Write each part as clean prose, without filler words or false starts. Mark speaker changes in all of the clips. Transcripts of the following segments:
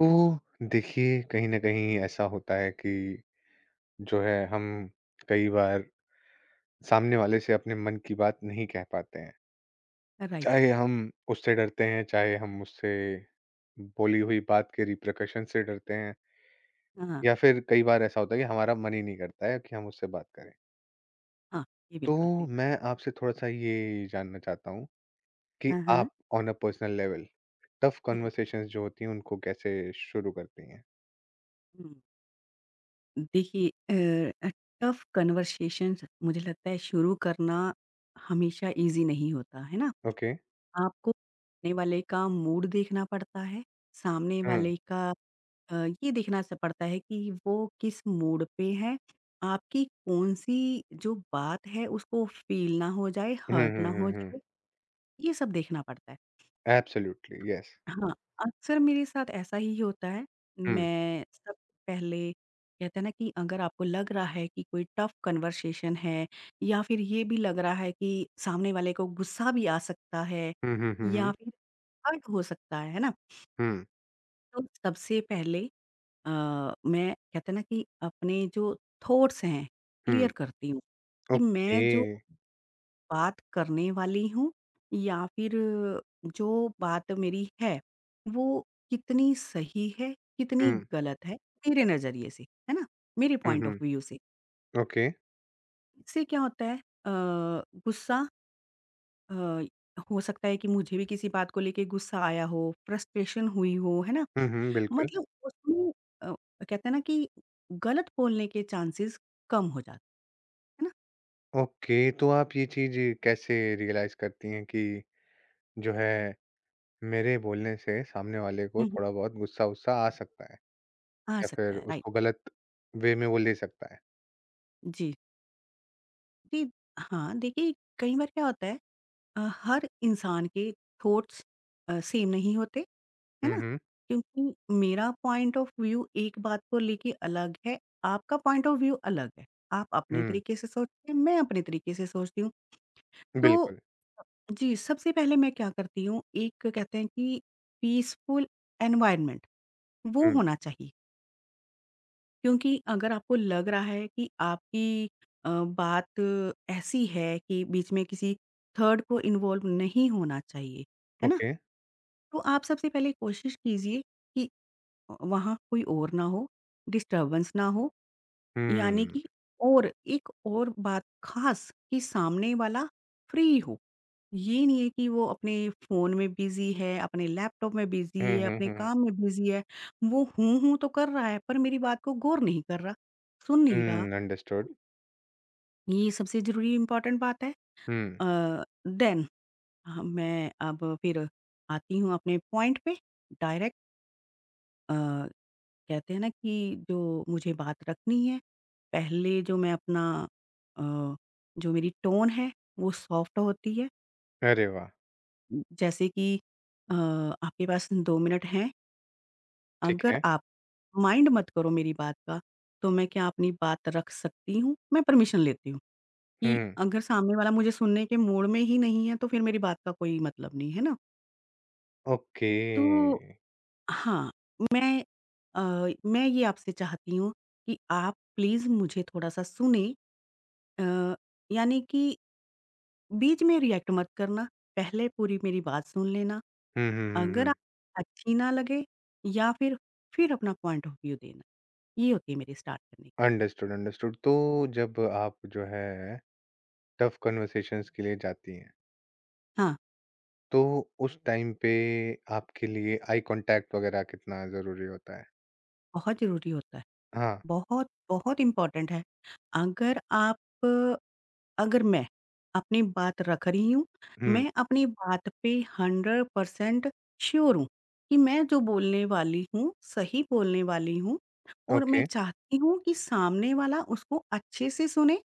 Speaker 1: तो देखिए कहीं न कहीं ऐसा होता है कि जो है हम कई बार सामने वाले से अपने मन की बात नहीं कह पाते हैं।
Speaker 2: राइट।
Speaker 1: चाहे हम उससे डरते हैं, चाहे हम उससे बोली हुई बात के रिpercussion से डरते हैं
Speaker 2: हाँ,
Speaker 1: या फिर कई बार ऐसा होता है कि हमारा मन ही नहीं करता है कि हम उससे बात करें।
Speaker 2: हाँ। ये
Speaker 1: तो
Speaker 2: बिल्कुल सही बात।
Speaker 1: मैं आपसे थोड़ा-सा ये जानना चाहता हूँ कि
Speaker 2: हाँ, हाँ।
Speaker 1: आप on a personal level tough
Speaker 2: hmm,
Speaker 1: conversations जो होती हैं उनको कैसे शुरू करती हैं?
Speaker 2: हुँ। देखिए टफ़ कन्वर्सेशंस मुझे लगता है शुरू करना हमेशा ईज़ी नहीं होता, है ना?
Speaker 1: ओके।
Speaker 2: आपको सामने वाले का मूड देखना पड़ता है, सामने
Speaker 1: हुँ।
Speaker 2: वाले का अ, ये देखना स पड़ता है कि वो किस मूड पे है, आपकी कौन-सी जो बात है उसको फ़ील ना हो जाए,
Speaker 1: हुँ,
Speaker 2: हर्ट ना
Speaker 1: हुँ, हुँ,
Speaker 2: हो
Speaker 1: हुँ।
Speaker 2: जाए, ये सब देखना पड़ता है।
Speaker 1: Absolutely, yes.
Speaker 2: हाँ, अक्सर मेरे साथ ऐसा ही होता है।
Speaker 1: हुँ।
Speaker 2: मैं सबसे पहले कहते हैं ना कि अगर आपको लग रहा है कि कोई टफ़ कन्वर्सेशन है या फिर ये भी लग रहा है कि सामने वाले को गुस्सा भी आ सकता है
Speaker 1: हुँ, हुँ, हुँ,
Speaker 2: या
Speaker 1: हुँ।
Speaker 2: फिर हर्ट हो सकता है ना?
Speaker 1: हुँ,
Speaker 2: तो सबसे पहले अ, मैं कहते हैं ना कि अपने जो थॉट्स हैं
Speaker 1: हुँ।
Speaker 2: क्लियर करती हूँ, कि
Speaker 1: ओके।
Speaker 2: मैं जो बात करने वाली हूँ या फिर जो बात मेरी है, वो कितनी सही है, कितनी
Speaker 1: हुँ,
Speaker 2: गलत है, मेरे नज़रिए से, है ना? मेरे
Speaker 1: hmm,
Speaker 2: point of
Speaker 1: hmm.
Speaker 2: View से।
Speaker 1: ओके।
Speaker 2: इससे क्या होता है गुस्सा अ, हो सकता है कि मुझे भी किसी बात को लेके गुस्सा आया हो, फ्रस्ट्रेशन हुई हो, है ना?
Speaker 1: हुँ, हुँ, बिल्कुल।
Speaker 2: मतलब उसमें अ, कहते हैं ना कि गलत बोलने के चांसेस कम हो जाते है ना?
Speaker 1: ओके, तो आप ये चीज़ कैसे रियलाइज़ करती हैं कि जो है मेरे बोलने से सामने वाले को
Speaker 2: हुँ, हुँ,
Speaker 1: थोड़ा बहुत गुस्सा-वुस्सा आ सकता है
Speaker 2: आ
Speaker 1: या
Speaker 2: सकता
Speaker 1: फिर
Speaker 2: है, राइट।
Speaker 1: उसको गलत वे में वो ले सकता है?
Speaker 2: जी। जी, हाँ, देखिए कई बार क्या होता है हर इंसान के थॉट्स सेम नहीं होते, है
Speaker 1: हुँ,
Speaker 2: ना?
Speaker 1: हुँ।
Speaker 2: क्योंकि मेरा पॉइंट ऑफ व्यू एक बात को लेके अलग है, आपका पॉइंट ऑफ व्यू अलग है। आप अपने
Speaker 1: हुँ,
Speaker 2: तरीके से सोचते हैं, मैं अपने तरीके से सोचती हूँ। तो
Speaker 1: बिल्कुल।
Speaker 2: जी, सबसे पहले मैं क्या करती हूँ, एक कहते हैं कि पीसफुल एनवायरनमेंट वो
Speaker 1: हुँ,
Speaker 2: होना चाहिए। क्योंकि अगर आपको लग रहा है कि आपकी बात ऐसी है कि बीच में किसी थर्ड को इन्वॉल्व नहीं होना चाहिए, है ना?
Speaker 1: ओके।
Speaker 2: तो आप सबसे पहले कोशिश कीजिए कि वहाँ कोई और ना हो, डिस्टर्बेंस ना हो, यानी
Speaker 1: हुँ।
Speaker 2: कि और एक और बात ख़ास कि सामने वाला फ्री हो। ये नहीं है कि वो अपने फ़ोन में बिज़ी है, अपने लैपटॉप में बिज़ी
Speaker 1: हुँ,
Speaker 2: है,
Speaker 1: हुँ,
Speaker 2: अपने
Speaker 1: हुँ।
Speaker 2: काम में बिज़ी है। वो हूँ, हूँ तो कर रहा है पर मेरी बात को गौर नहीं कर रहा, सुन नहीं रहा।
Speaker 1: Hmm, understood.
Speaker 2: ये सबसे ज़रूरी इम्पोर्टेंट बात है।
Speaker 1: हुँ।
Speaker 2: देन ह मैं अब फिर आती हूँ अपने पॉइंट पे डायरेक्ट अ कहते हैं ना कि जो मुझे बात रखनी है, पहले जो मैं अपना अ, जो मेरी टोन है वो सॉफ्ट होती है।
Speaker 1: अरे वाह!
Speaker 2: जैसे कि आपके पास 2 मिनट हैं,
Speaker 1: ठीक
Speaker 2: अगर
Speaker 1: है।
Speaker 2: आप माइंड मत करो मेरी बात का, तो मैं क्या अपनी बात रख सकती हूँ? मैं परमिशन लेती हूँ कि
Speaker 1: हुँ,
Speaker 2: अगर सामने वाला मुझे सुनने के मूड में ही नहीं है, तो फिर मेरी बात का कोई मतलब नहीं है ना।
Speaker 1: ओके।
Speaker 2: तो हाँ, मैं अ, मैं ये आपसे चाहती हूँ कि आप प्लीज़ मुझे थोड़ा-सा सुनें। अ, यानी कि बीच में रिएक्ट मत करना, पहले पूरी मेरी बात सुन लेना,
Speaker 1: हुँ, हुँ, हुँ,
Speaker 2: अगर आप
Speaker 1: हुँ।
Speaker 2: अच्छी ना लगे या फिर अपना पॉइंट ऑफ व्यू देना, ये होती है मेरी स्टार्ट करने की।
Speaker 1: Understood, understood. तो जब आप जो है टफ़ कन्वर्सेशंस के लिए जाती हैं,
Speaker 2: हाँ,
Speaker 1: तो उस टाइम पे आपके लिए आई कॉन्टैक्ट वग़ैरह कितना ज़रूरी होता है?
Speaker 2: बहुत ज़रूरी होता है,
Speaker 1: हाँ।
Speaker 2: बहुत, बहुत इम्पोर्टेंट है। अगर आप अगर मैं अपनी बात रख रही हूँ,
Speaker 1: हुँ,
Speaker 2: मैं अपनी बात पे 100% श्योर हूँ कि मैं जो बोलने वाली हूँ, सही बोलने वाली हूँ और मैं
Speaker 1: ओके।
Speaker 2: चाहती हूँ कि सामने वाला उसको अच्छे से सुने,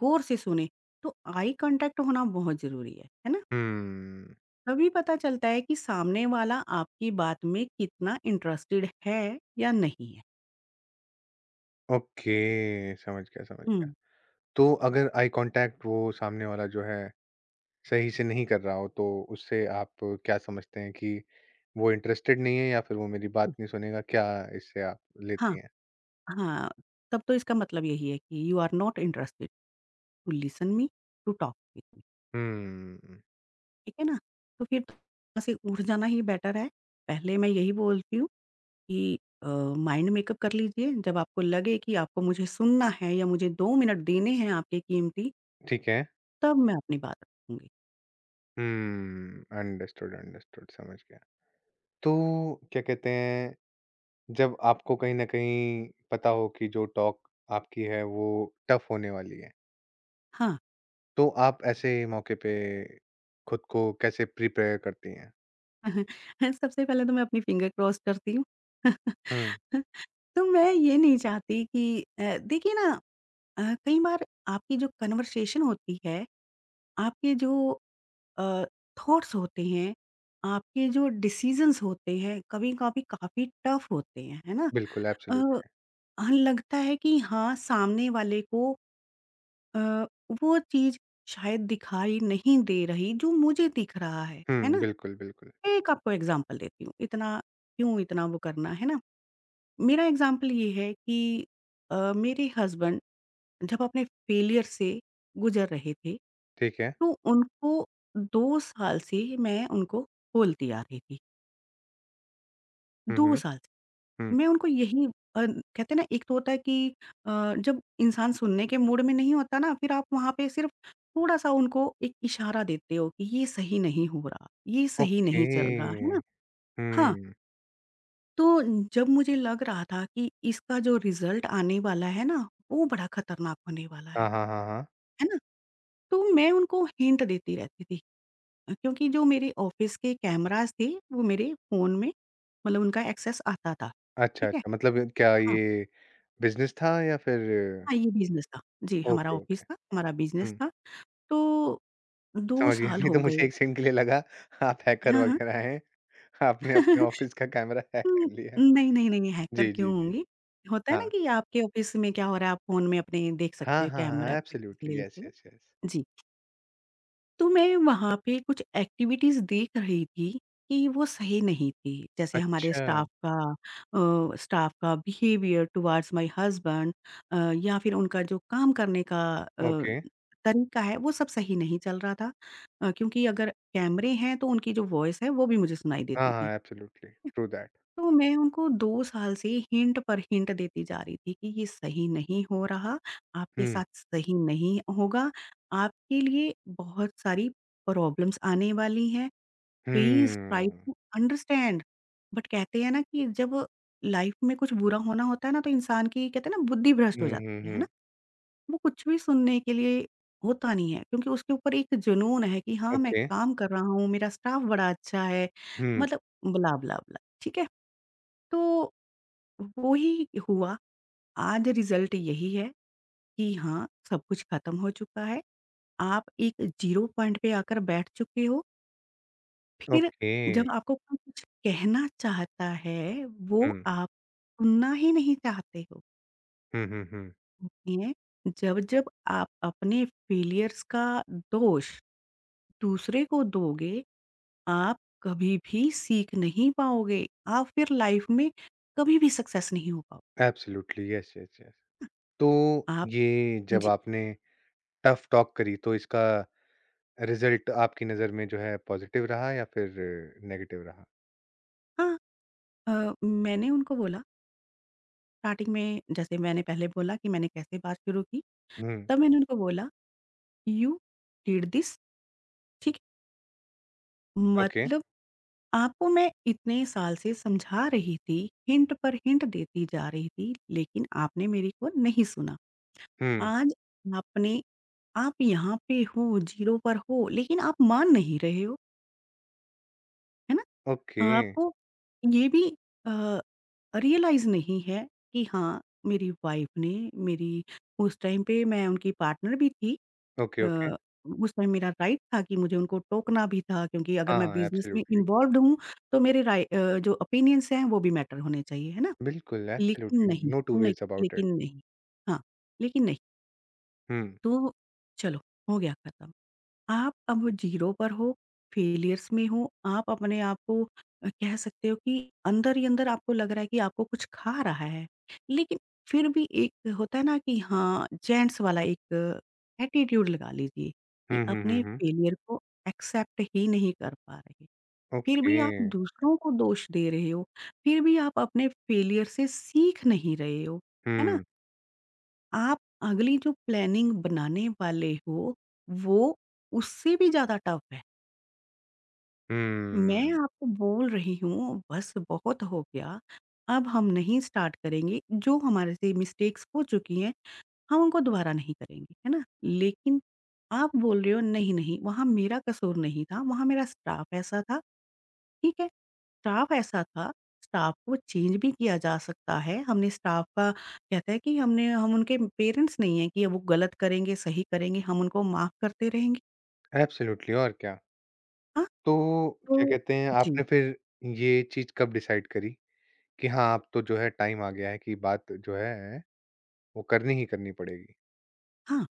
Speaker 2: गौर से सुने। तो आई कॉन्टैक्ट होना बहुत ज़रूरी है ना?
Speaker 1: हुँ,
Speaker 2: तभी पता चलता है कि सामने वाला आपकी बात में कितना इंटरेस्टेड है या नहीं है।
Speaker 1: ओके, समझ गया, समझ गया।
Speaker 2: हुँ,
Speaker 1: तो अगर आई कॉन्टैक्ट वो सामने वाला जो है सही से नहीं कर रहा हो, तो उससे आप क्या समझते हैं कि वो इंटरेस्टेड नहीं है या फिर वो मेरी बात
Speaker 2: हुँ।
Speaker 1: नहीं सुनेगा? क्या इससे आप
Speaker 2: हाँ,
Speaker 1: लेती हैं?
Speaker 2: हाँ, तब तो इसका मतलब यही है कि you are not interested. To listen me, to talk with me,
Speaker 1: hmm,
Speaker 2: ठीक है ना? तो फिर तो वहाँ से उठ जाना ही बेटर है। पहले मैं यही बोलती हूँ कि माइंड मेकअप कर लीजिए, जब आपको लगे कि आपको मुझे सुनना है या मुझे 2 मिनट देने हैं आपके कीमती,
Speaker 1: ठीक है।
Speaker 2: तब मैं अपनी बात रखूँगी।
Speaker 1: हम्म, अंडरस्टूड, अंडरस्टूड, समझ गया। तो क्या कहते हैं जब आपको कहीं ना कहीं पता हो कि जो टॉक आपकी है वो टफ होने वाली है
Speaker 2: हाँ,
Speaker 1: तो आप ऐसे मौके पे खुद को कैसे प्रिपेयर करती हैं?
Speaker 2: सबसे पहले तो मैं अपनी फिंगर क्रॉस करती हूँ।
Speaker 1: हम्म,
Speaker 2: तो मैं ये नहीं चाहती कि देखिए ना कई बार आपकी जो कन्वर्सेशन होती है, आपके जो अ, थॉट्स होते हैं, आपके जो डिसीज़न्स होते हैं, कभी-कभी काफ़ी टफ होते हैं, है ना?
Speaker 1: बिल्कुल
Speaker 2: अ,
Speaker 1: एब्सोल्यूट।
Speaker 2: हाँ, लगता है कि हाँ, सामने वाले को अ, वो चीज़ शायद दिखाई नहीं दे रही जो मुझे दिख रहा है ना?
Speaker 1: हम्म, बिल्कुल बिल्कुल।
Speaker 2: मैं एक आपको एग्ज़ाम्पल देती हूँ, इतना क्यों इतना वो करना, है ना? मेरा एग्ज़ाम्पल ये है कि मेरे हस्बैंड जब अपने फेलियर से गुज़र रहे थे,
Speaker 1: ठीक है।
Speaker 2: तो उनको 2 साल से मैं उनको बोलती आ रही थी।
Speaker 1: हम्म।
Speaker 2: 2
Speaker 1: हम्म।
Speaker 2: साल से।
Speaker 1: हम्म।
Speaker 2: मैं उनको यही कहते हैं ना एक तो होता है कि जब इंसान सुनने के मूड में नहीं होता ना, फिर आप वहाँ पे सिर्फ़ थोड़ा-सा उनको एक इशारा देते हो कि ये सही नहीं हो रहा, ये सही
Speaker 1: ओके।
Speaker 2: नहीं चल रहा, है ना? हाँ,
Speaker 1: हम्म।
Speaker 2: तो जब मुझे लग रहा था कि इसका जो रिज़ल्ट आने वाला है ना, वो बड़ा खतरनाक होने वाला
Speaker 1: हाँ, हाँ, हाँ, हाँ।
Speaker 2: है ना? तो मैं उनको हिंट देती रहती थी। क्योंकि जो मेरे ऑफ़िस के कैमराज़ थे, वो मेरे फ़ोन में मतलब उनका एक्सेस आता था,
Speaker 1: अच्छा,
Speaker 2: ठीक है?
Speaker 1: अच्छा, मतलब क्या ये बिजनेस था या फिर?
Speaker 2: हाँ, ये बिज़नेस था। जी, हमारा
Speaker 1: ओके,
Speaker 2: ऑफ़िस
Speaker 1: ओके।
Speaker 2: था, हमारा बिज़नेस
Speaker 1: हम्म।
Speaker 2: था। तो 2
Speaker 1: समझ गया,
Speaker 2: साल
Speaker 1: नहीं
Speaker 2: हो
Speaker 1: तो
Speaker 2: गए।
Speaker 1: मुझे एक सेकंड के लिए लगा आप हैकर
Speaker 2: हाँ, हाँ।
Speaker 1: वगैरह हैं, आपने अपने ऑफ़िस का कैमरा हैक
Speaker 2: हुँ,
Speaker 1: कर लिया है।
Speaker 2: नहीं, नहीं, नहीं, हैकर
Speaker 1: जी, जी,
Speaker 2: क्यों
Speaker 1: जी।
Speaker 2: होंगी? होता है ना
Speaker 1: हाँ।
Speaker 2: कि आपके ऑफ़िस में क्या हो रहा है, आप फ़ोन में अपने देख सकते
Speaker 1: हाँ,
Speaker 2: हो,
Speaker 1: हाँ,
Speaker 2: कैमरा
Speaker 1: हाँ,
Speaker 2: करके ले
Speaker 1: एब्सोल्युटली,
Speaker 2: लेते
Speaker 1: येस,
Speaker 2: हो।
Speaker 1: Yes, yes.
Speaker 2: जी। तो मैं वहाँ पे कुछ एक्टिविटीज़ देख रही थी कि वो सही नहीं थी। जैसे हमारे
Speaker 1: अच्छा,
Speaker 2: स्टाफ का स्टाफ का behaviour towards my husband uh, या फिर उनका जो काम करने का अ,
Speaker 1: ओके।
Speaker 2: तरीका है वो सब सही नहीं चल रहा था। क्योंकि अगर कैमरे हैं तो उनकी जो वॉइस है वो भी मुझे सुनाई
Speaker 1: हाँ,
Speaker 2: देती थी।
Speaker 1: हाँ, एब्सोल्युटली, ट्रू दैट।
Speaker 2: तो मैं उनको 2 साल से हिंट पर हिंट देती जा रही थी कि ये सही नहीं हो रहा, आपके
Speaker 1: हुँ,
Speaker 2: साथ सही नहीं होगा, आपके लिए बहुत सारी प्रॉब्लम्स आने वाली हैं, please try
Speaker 1: hmm.
Speaker 2: To understand. But कहते हैं ना कि जब लाइफ में कुछ बुरा होना होता है ना तो इंसान की कहते हैं ना बुद्धि भ्रष्ट हो
Speaker 1: हुँ, हुँ,
Speaker 2: जाती है ना?
Speaker 1: हुँ,
Speaker 2: वो कुछ भी सुनने के लिए होता नहीं है क्योंकि उसके ऊपर एक जुनून है कि हाँ, मैं
Speaker 1: ओके।
Speaker 2: काम कर रहा हूँ, मेरा स्टाफ बड़ा अच्छा है,
Speaker 1: हुँ,
Speaker 2: मतलब ब्ला, ब्ला, ब्ला, ठीक है? तो वो ही हुआ, आज रिज़ल्ट यही है कि हाँ, सब कुछ खत्म हो चुका है। आप एक ज़ीरो पॉइंट पे आकर बैठ चुके हो, फिर
Speaker 1: ओके।
Speaker 2: जब आपको कोई कुछ कहना चाहता है, वो
Speaker 1: हुँ,
Speaker 2: आप सुनना ही नहीं चाहते हो।
Speaker 1: हुँ, हुँ, हुँ,
Speaker 2: इसलिए जब-जब आप अपने फेलियर्स का दोष दूसरे को दोगे, आप कभी भी सीख नहीं पाओगे। आप फिर लाइफ़ में कभी भी सक्सेस नहीं हो पाओ
Speaker 1: एब्सोल्युटली, येस, येस, येस। तो
Speaker 2: आप
Speaker 1: ये जब
Speaker 2: जी।
Speaker 1: आपने टफ़ टॉक करी तो इसका रिज़ल्ट आपकी नज़र में जो है पॉज़िटिव रहा या फिर नेगेटिव रहा?
Speaker 2: हाँ। मैंने उनको बोला स्टार्टिंग में जैसे मैंने पहले बोला कि मैंने कैसे बात शुरू की,
Speaker 1: हुँ।
Speaker 2: तब मैंने उनको बोला यू डिड दिस ठीक है?
Speaker 1: ओके।
Speaker 2: मतलब आपको मैं इतने साल से समझा रही थी, हिंट पर हिंट देती जा रही थी, लेकिन आपने मेरी को नहीं सुना।
Speaker 1: हुँ।
Speaker 2: आज आपने आप यहाँ पे हो, ज़ीरो पर हो, लेकिन आप मान नहीं रहे हो, है ना?
Speaker 1: ओके।
Speaker 2: आपको ये भी अ, रियलाइज़ नहीं है कि हाँ, मेरी वाइफ़ ने मेरी उस टाइम पे मैं उनकी पार्टनर भी थी
Speaker 1: ओके, ओके।
Speaker 2: अ, उस टाइम मेरा राइट था कि मुझे उनको टोकना भी था क्योंकि अगर
Speaker 1: हाँ,
Speaker 2: मैं
Speaker 1: हाँ,
Speaker 2: बिज़नेस में
Speaker 1: एब्सोल्युटली।
Speaker 2: इन्वॉल्व्ड हूँ, तो जो ओपिनियंस हैं वो भी मैटर होने चाहिए, है ना?
Speaker 1: बिल्कुल,
Speaker 2: लेकिन
Speaker 1: एब्सोल्युटली,
Speaker 2: नहीं,
Speaker 1: नो टू
Speaker 2: नहीं,
Speaker 1: वेज़ अबाउट इट।
Speaker 2: लेकिन नहीं। हाँ, लेकिन नहीं।
Speaker 1: हुँ।
Speaker 2: तो चलो, हो गया खत्म। आप अब जीरो पर हो, फेलियर्स में हो, आप अपने आप को कह सकते हो कि अंदर ही अंदर आपको लग रहा है कि आपको कुछ खा रहा है। लेकिन फिर भी एक होता है ना कि हाँ, जेंट्स वाला एक एटीट्यूड लगा लीजिए कि
Speaker 1: हुँ, हुँ, हुँ,
Speaker 2: अपने
Speaker 1: हुँ।
Speaker 2: फेलियर को एक्सेप्ट ही नहीं कर पा रहे। फिर
Speaker 1: ओके।
Speaker 2: भी आप दूसरों को दोष दे रहे हो, फिर भी आप अपने फेलियर से सीख नहीं रहे हो, है ना?
Speaker 1: हुँ,
Speaker 2: आप अगली जो प्लानिंग बनाने वाले हो, वो उससे भी ज़्यादा टफ है। मैं
Speaker 1: हुँ।
Speaker 2: आपको बोल रही हूँ बस बहुत हो गया, अब हम नहीं स्टार्ट करेंगे, जो हमारे से मिस्टेक्स हो चुकी हैं, हम उनको दोबारा नहीं करेंगे, है ना? लेकिन आप बोल रहे हो नहीं, नहीं, वहाँ मेरा कसूर नहीं था, वहाँ मेरा स्टाफ ऐसा था ठीक है, स्टाफ ऐसा था, स्टाफ को चेंज भी किया जा सकता है। हमने स्टाफ का कहते हैं कि हमने हम उनके पेरेंट्स नहीं हैं कि वो गलत करेंगे, सही करेंगे, हम उनको माफ़ करते रहेंगे।
Speaker 1: एब्सोल्युटली, और क्या।
Speaker 2: हाँ,
Speaker 1: तो क्या
Speaker 2: तो
Speaker 1: कहते हैं,
Speaker 2: जी,
Speaker 1: आपने फिर ये चीज़ कब डिसाइड करी कि हाँ, अब तो जो है टाइम आ गया है कि बात जो है वो करनी ही करनी पड़ेगी?
Speaker 2: हाँ,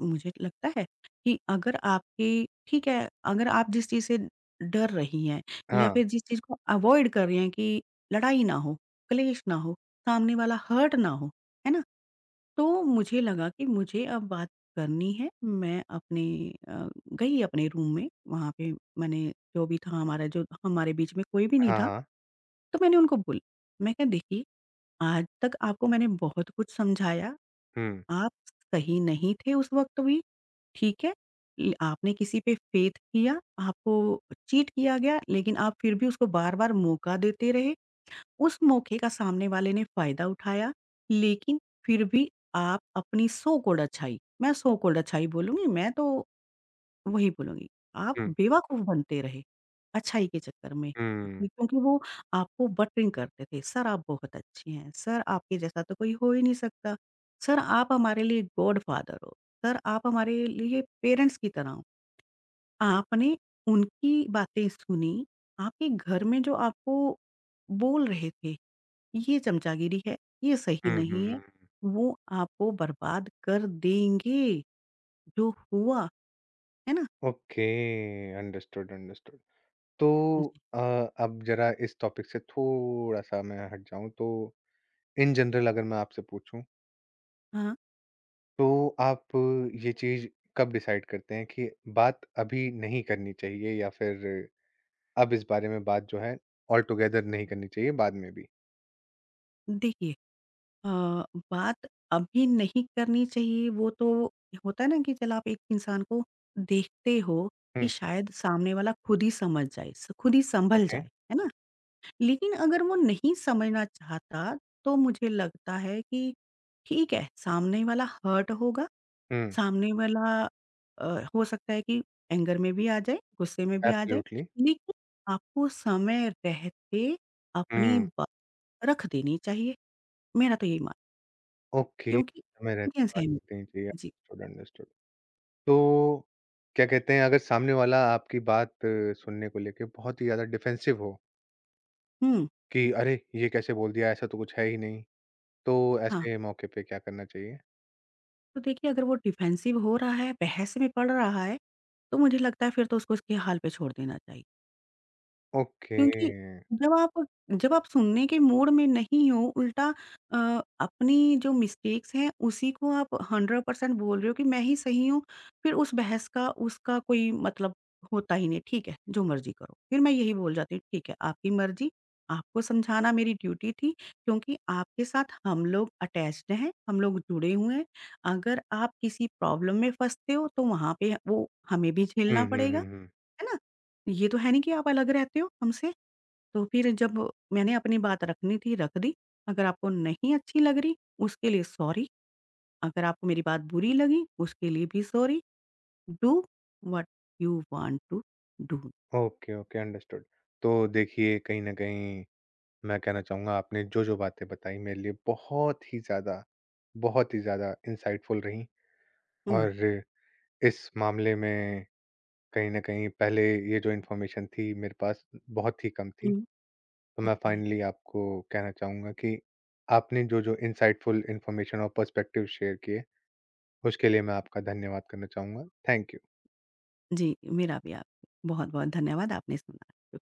Speaker 2: मुझे लगता है कि अगर आपके ठीक है, अगर आप जिस चीज़ से डर रही हैं या
Speaker 1: हाँ।
Speaker 2: फिर जिस चीज़ को अवॉइड कर रही हैं कि लड़ाई ना हो, क्लेश ना हो, सामने वाला हर्ट ना हो, है ना? तो मुझे लगा कि मुझे अब बात करनी है। मैं अपने अ, गई अपने रूम में, वहाँ पे मैंने जो भी था हमारा जो हमारे बीच में कोई भी नहीं
Speaker 1: हाँ,
Speaker 2: था।
Speaker 1: हाँ।
Speaker 2: तो मैंने उनको बोला, मैं कहा देखिए, आज तक आपको मैंने बहुत कुछ समझाया,
Speaker 1: हुँ,
Speaker 2: आप सही नहीं थे उस वक़्त भी, ठीक है? ल आपने किसी पे फ़ेथ किया, आपको चीट किया गया, लेकिन आप फिर भी उसको बार-बार मौका देते रहे। उस मौके का सामने वाले ने फ़ायदा उठाया, लेकिन फिर भी आप अपनी सो कॉल्ड अच्छाई मैं सो कॉल्ड अच्छाई बोलूँगी, मैं तो वही बोलूँगी, आप
Speaker 1: हुँ,
Speaker 2: बेवकूफ़ बनते रहे, अच्छाई के चक्कर में।
Speaker 1: हुँ।
Speaker 2: क्योंकि वो आपको बटरिंग करते थे, "सर आप बहुत अच्छे हैं, सर आपके जैसा तो कोई हो ही नहीं सकता, सर आप हमारे लिए गॉडफ़ादर हो, सर आप हमारे लिए पेरेंट्स की तरह हो।" आपने उनकी बातें सुनी, आपके घर में जो आपको बोल रहे थे ये चमचागिरी है, ये सही
Speaker 1: हुँ, हुँ,
Speaker 2: नहीं है,
Speaker 1: हुँ।
Speaker 2: वो आपको बर्बाद कर देंगे, जो हुआ, है ना?
Speaker 1: Okay, understood, understood. तो
Speaker 2: जी।
Speaker 1: अ, अब ज़रा इस टॉपिक से थोड़ा-सा मैं हट जाऊँ तो इन जनरल अगर मैं आपसे पूछूँ,
Speaker 2: हाँ,
Speaker 1: तो आप ये चीज़ कब डिसाइड करते हैं कि बात अभी नहीं करनी चाहिए या फिर अब इस बारे में बात जो है ऑल टुगेदर नहीं करनी चाहिए बाद में भी?
Speaker 2: देखिए अ, बात अभी नहीं करनी चाहिए, वो तो होता है ना कि चल आप एक इंसान को देखते हो कि
Speaker 1: हुँ,
Speaker 2: शायद सामने वाला खुद ही समझ जाए, स खुद ही संभल
Speaker 1: ओके।
Speaker 2: जाए, है ना? लेकिन अगर वो नहीं समझना चाहता, तो मुझे लगता है कि ठीक है, सामने वाला हर्ट होगा
Speaker 1: हुँ,
Speaker 2: सामने वाला अ, हो सकता है कि एंगर में भी आ जाए, गुस्से में भी आ जाए,
Speaker 1: एब्सोल्युटली।
Speaker 2: लेकिन आपको समय रहते अपनी
Speaker 1: हुँ,
Speaker 2: बात रख देनी चाहिए, मेरा तो यही मानना है,
Speaker 1: ओके,
Speaker 2: क्योंकि
Speaker 1: समय रहते
Speaker 2: एक्सपीरियंस
Speaker 1: बात
Speaker 2: है मेरा।
Speaker 1: कर देनी चाहिए।
Speaker 2: जी।
Speaker 1: Understood, understood. तो क्या कहते हैं अगर सामने वाला आपकी बात सुनने को लेके बहुत ही ज़्यादा डिफेंसिव हो
Speaker 2: हुँ,
Speaker 1: कि अरे! ये कैसे बोल दिया, ऐसा तो कुछ है ही नहीं। तो
Speaker 2: हाँ,
Speaker 1: ऐसे मौके पे क्या करना चाहिए?
Speaker 2: तो देखिए अगर वो डिफेंसिव हो रहा है, बहस में पड़ रहा है, तो मुझे लगता है फिर तो उसको उसके हाल पे छोड़ देना चाहिए।
Speaker 1: ओके।
Speaker 2: क्योंकि जब आप जब आप सुनने के मूड में नहीं हो, उल्टा अ, अपनी जो मिस्टेक्स हैं, उसी को आप 100% बोल रहे हो कि मैं ही सही हूँ, फिर उस बहस का, उसका कोई मतलब होता ही नहीं। ठीक है, जो मर्ज़ी करो। फिर मैं यही बोल जाती हूँ, ठीक है, आपकी मर्ज़ी, आपको समझाना मेरी ड्यूटी थी क्योंकि आपके साथ हम लोग अटैच्ड हैं, हम लोग जुड़े हुए हैं। अगर आप किसी प्रॉब्लम में फँसते हो, तो वहाँ पे वो हमें भी
Speaker 1: हुँ,
Speaker 2: झेलना
Speaker 1: हुँ,
Speaker 2: पड़ेगा,
Speaker 1: हुँ, हुँ।
Speaker 2: है ना? ये तो है नहीं कि आप अलग रहते हो हमसे। तो फिर जब मैंने अपनी बात रखनी थी, रख दी। अगर आपको नहीं अच्छी लग रही, उसके लिए सॉरी। अगर आपको मेरी बात बुरी लगी, उसके लिए भी sorry. Do what you want to do.
Speaker 1: Okay, okay, understood. तो देखिए, कहीं न कहीं मैं कहना चाहूँगा आपने जो-जो बातें बताई मेरे लिए बहुत ही ज़्यादा इनसाइटफुल रहीं
Speaker 2: हुँ।
Speaker 1: और इस मामले में कहीं न कहीं पहले ये जो इन्फॉर्मेशन थी मेरे पास बहुत ही कम थी।
Speaker 2: हुँ।
Speaker 1: तो मैं
Speaker 2: ओके।
Speaker 1: फाइनली आपको कहना चाहूँगा कि आपने जो-जो इनसाइटफुल इन्फॉर्मेशन और पर्सपेक्टिव शेयर किए उसके लिए मैं आपका धन्यवाद करना चाहूँगा। Thank you.
Speaker 2: जी, मेरा भी आपको बहुत-बहुत धन्यवाद, आपने सुना।